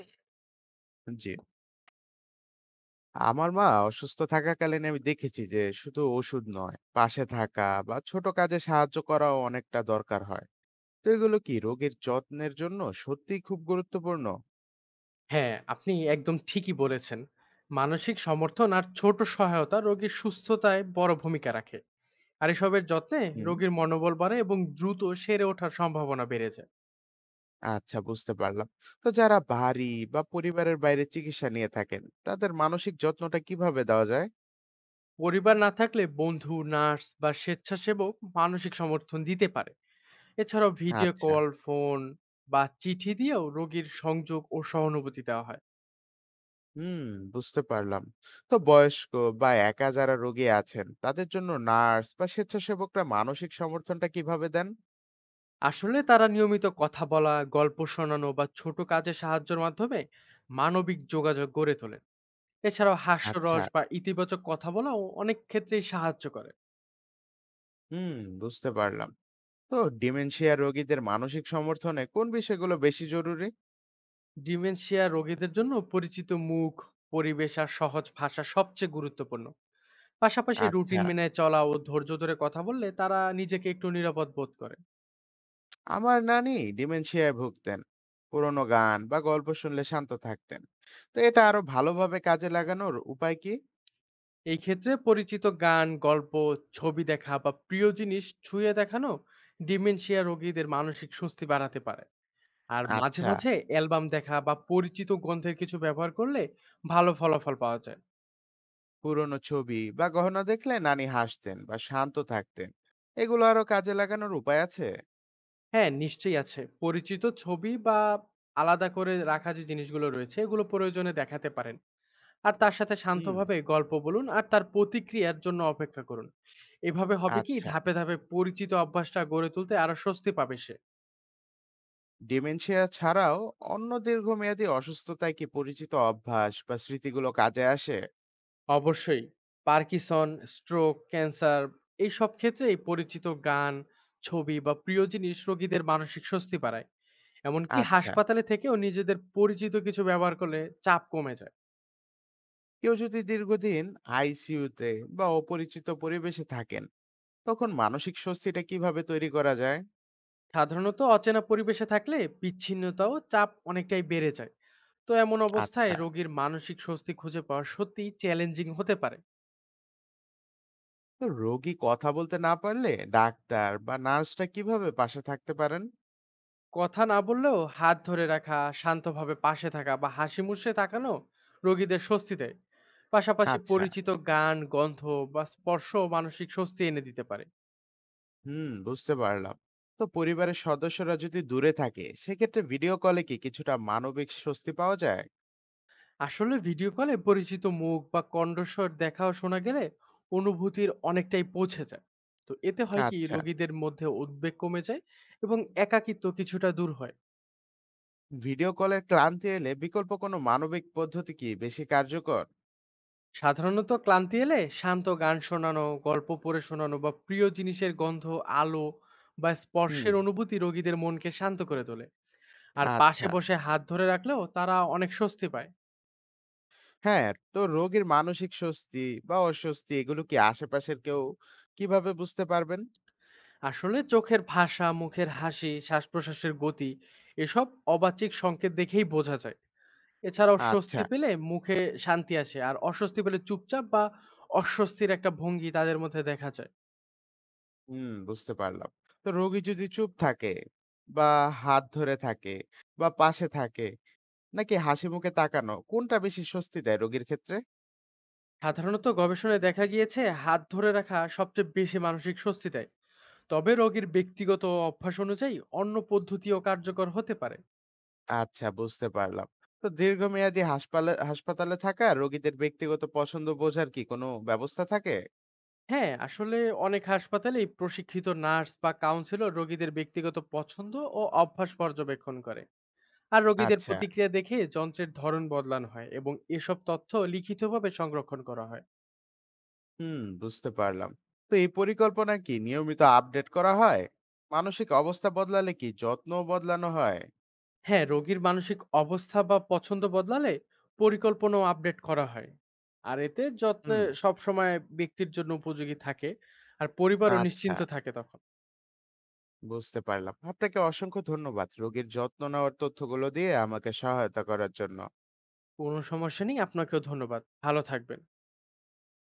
জি। আমার মা অসুস্থ থাকাকালীন আমি দেখেছি যে শুধু ওষুধ নয়, পাশে থাকা বা ছোট কাজে সাহায্য করাও অনেকটা দরকার হয়। তো এগুলো কি রোগীর যত্নের জন্য সত্যিই খুব গুরুত্বপূর্ণ? হ্যাঁ, আপনি একদম ঠিকই বলেছেন। মানসিক সমর্থন আর ছোট সহায়তা রোগীর সুস্থতায় বড় ভূমিকা রাখে। আর এসবের যত্নে হুম। রোগীর মনোবল বাড়ে এবং দ্রুত সেরে ওঠার সম্ভাবনা বেড়ে যায়। আচ্ছা, বুঝতে পারলাম। তো যারা বাড়ি বা পরিবারের বাইরে চিকিৎসা নিয়ে থাকেন, তাদের মানসিক যত্নটা কিভাবে দেওয়া যায়? পরিবার না থাকলে বন্ধু, নার্স বা স্বেচ্ছাসেবক মানসিক সমর্থন দিতে পারে। এছাড়াও ভিডিও আচ্ছা। কল, ফোন বা চিঠি দিয়েও রোগীর সংযোগ ও সহানুভূতি দেওয়া হয়। হুম, বুঝতে পারলাম। তো বয়স্ক বা একা যারা রোগী আছেন, তাদের জন্য নার্স বা স্বেচ্ছাসেবকরা মানসিক সমর্থনটা কিভাবে দেন? আসলে তারা নিয়মিত কথা বলা, গল্প শোনানো বা ছোট কাজে সাহায্যের মাধ্যমে মানবিক যোগাযোগ গড়ে তোলে। এছাড়াও আচ্ছা। হাস্যরস বা ইতিবাচক কথা বলাও অনেক ক্ষেত্রেই সাহায্য করে। হুম, বুঝতে পারলাম। তো ডিমেনশিয়া রোগীদের মানসিক সমর্থনে কোন বিষয়গুলো বেশি জরুরি? ডিমেনশিয়া রোগীদের জন্য পরিচিত মুখ, পরিবেশ আর সহজ ভাষা সবচেয়ে গুরুত্বপূর্ণ। পাশাপাশি আচ্ছা, রুটিন মেনে চলা ও ধৈর্য ধরে কথা বললে তারা নিজেকে একটু নিরাপদ বোধ করে। আমার নানি ডিমেনশিয়ায় ভুগতেন, পুরোনো গান বা গল্প শুনলে শান্ত থাকতেন। তো এটা আরো ভালোভাবে কাজে লাগানোর উপায় কি? এই ক্ষেত্রে পরিচিত গান, গল্প, ছবি দেখা বা প্রিয় জিনিস ছুঁয়ে দেখানো ডিমেনশিয়া রোগীদের মানসিক স্বস্তি বাড়াতে পারে। আর মাঝে আচ্ছা। মাঝে অ্যালবাম দেখা বা পরিচিত গন্ধের কিছু ব্যবহার করলে ভালো ফলাফল পাওয়া যায়। পুরোনো ছবি বা গহনা দেখলে নানি হাসতেন বা শান্ত থাকতেন, এগুলো আরো কাজে লাগানোর উপায় আছে? হ্যাঁ, নিশ্চয়ই আছে। পরিচিত ছবি বা আলাদা করে রাখা যে জিনিসগুলো রয়েছে, এগুলো প্রয়োজনে দেখাতে পারেন। আর তার সাথে হুম। শান্তভাবে গল্প বলুন আর তার প্রতিক্রিয়ার জন্য অপেক্ষা করুন। এভাবে হবে কি আচ্ছা, ধাপে, ধাপে পরিচিত অভ্যাসটা গড়ে তুলতে আরো স্বস্তি পাবে সে। ডিমেনশিয়া ছাড়াও অন্য দীর্ঘমেয়াদী অসুস্থতায় কি পরিচিত অভ্যাস বা স্মৃতিগুলো কাজে আসে? অবশ্যই পার্কিনসন, স্ট্রোক, ক্যান্সার এইসব ক্ষেত্রেই পরিচিত গান, ছবি বা প্রিয় জিনিস রোগীদের মানসিক স্বস্তি বাড়ায়। এমনকি আচ্ছা। হাসপাতালে থেকেও নিজেদের পরিচিত কিছু ব্যবহার করলে চাপ কমে যায়। কেউ যদি দীর্ঘদিন আইসিইউতে বা অপরিচিত পরিবেশে থাকেন, তখন মানসিক স্বস্তিটা কিভাবে তৈরি করা যায়? সাধারণত অচেনা পরিবেশে থাকলে বিচ্ছিন্নতা ও চাপ অনেকটাই বেড়ে যায়। তো এমন অবস্থায় আচ্ছা। রোগীর মানসিক স্বস্তি খুঁজে পাওয়া সত্যিই চ্যালেঞ্জিং হতে পারে। তো রোগী কথা বলতে না পারলে ডাক্তার বা নার্সটা কিভাবে পাশে থাকতে পারেন? কথা না বললেও হাত ধরে রাখা, শান্তভাবে পাশে থাকা বা হাসি মুখে তাকানো রোগীদের স্বস্তি দেয়। পাশাপাশি আচ্ছা। পরিচিত গান, গন্ধ বা স্পর্শ মানসিক স্বস্তি এনে দিতে পারে। হুম, বুঝতে পারলাম। তো পরিবারের সদস্যরা যদি দূরে থাকে, সেক্ষেত্রে ভিডিও কলে কি কিছুটা মানবিক স্বস্তি পাওয়া যায়? আসলে ভিডিও কলে পরিচিত মুখ বা কণ্ঠস্বর দেখা ও শোনা গেলে অনুভূতির অনেকটাই পৌঁছে যায়। তো এতে হয় কি আচ্ছা। রোগীদের মধ্যে উদ্বেগ কমে যায় এবং একাকিত্ব কিছুটা দূর হয়। ভিডিও কলের ক্লান্তি এলে বিকল্প কোনো মানবিক পদ্ধতি কি বেশি কার্যকর? সাধারণত ক্লান্তি এলে শান্ত গান শোনানো, গল্প পড়ে শোনানো বা প্রিয় জিনিসের গন্ধ, আলো বা হুম। স্পর্শের অনুভূতি রোগীদের মনকে শান্ত করে তোলে। আর পাশে আচ্ছা। বসে হাত ধরে রাখলেও তারা অনেক স্বস্তি পায়। হ্যাঁ, তো রোগীর মানসিক স্বস্তি বা অস্বস্তি এগুলো কি আশেপাশের কেউ কিভাবে বুঝতে পারবেন? আসলে চোখের ভাষা, মুখের হাসি, শ্বাস প্রশ্বাসের গতি, এসব অবাচিক সংকেত দেখেই বোঝা যায়। এছাড়াও আচ্ছা, স্বস্তি পেলে মুখে শান্তি আসে। আর অস্বস্তি পেলে চুপচাপ বা অস্বস্তির একটা ভঙ্গি তাদের মধ্যে দেখা যায়। হুম, বুঝতে পারলাম। তো রোগী যদি চুপ থাকে, বা হাত ধরে থাকে, বা পাশে থাকে, নাকি হাসি মুখে তাকানো কোনটা বেশি স্বস্তি দেয় রোগীর ক্ষেত্রে? সাধারণত গবেষণায় দেখা গিয়েছে হাত ধরে রাখা সবচেয়ে বেশি মানসিক স্বস্তি দেয়। তবে রোগীর ব্যক্তিগত অভ্যাস অনুযায়ী অন্য পদ্ধতিও কার্যকর হতে পারে। আচ্ছা, বুঝতে পারলাম। তো দীর্ঘমেয়াদী হাসপাতালে থাকা রোগীদের ব্যক্তিগত পছন্দ বোঝার কি কোনো ব্যবস্থা থাকে? হ্যাঁ, আসলে অনেক হাসপাতালেই প্রশিক্ষিত নার্স বা কাউন্সিলর রোগীদের ব্যক্তিগত পছন্দ ও অভ্যাস পর্যবেক্ষণ করে। আর রোগীদের আচ্ছা। প্রতিক্রিয়া দেখে যন্ত্রের ধরন বদলানো হয় এবং এসব তথ্য লিখিতভাবে সংরক্ষণ করা হয়। হুম, বুঝতে পারলাম। তো এই পরিকল্পনা কি নিয়মিত আপডেট করা হয়? মানসিক অবস্থা বদলালে কি যত্ন বদলানো হয়? হ্যাঁ, রোগীর মানসিক অবস্থা বা পছন্দ বদলালে পরিকল্পনাও আপডেট করা হয়। আর এতে যত্নে হুম। সবসময় ব্যক্তির জন্য উপযোগী থাকে আর পরিবারও আচ্ছা, নিশ্চিন্ত থাকে তখন। বুঝতে পারলাম। আপনাকে অসংখ্য ধন্যবাদ রোগীর যত্ন নেওয়ার তথ্যগুলো দিয়ে আমাকে সহায়তা করার জন্য। কোনো সমস্যা নেই, আপনাকেও ধন্যবাদ, ভালো থাকবেন।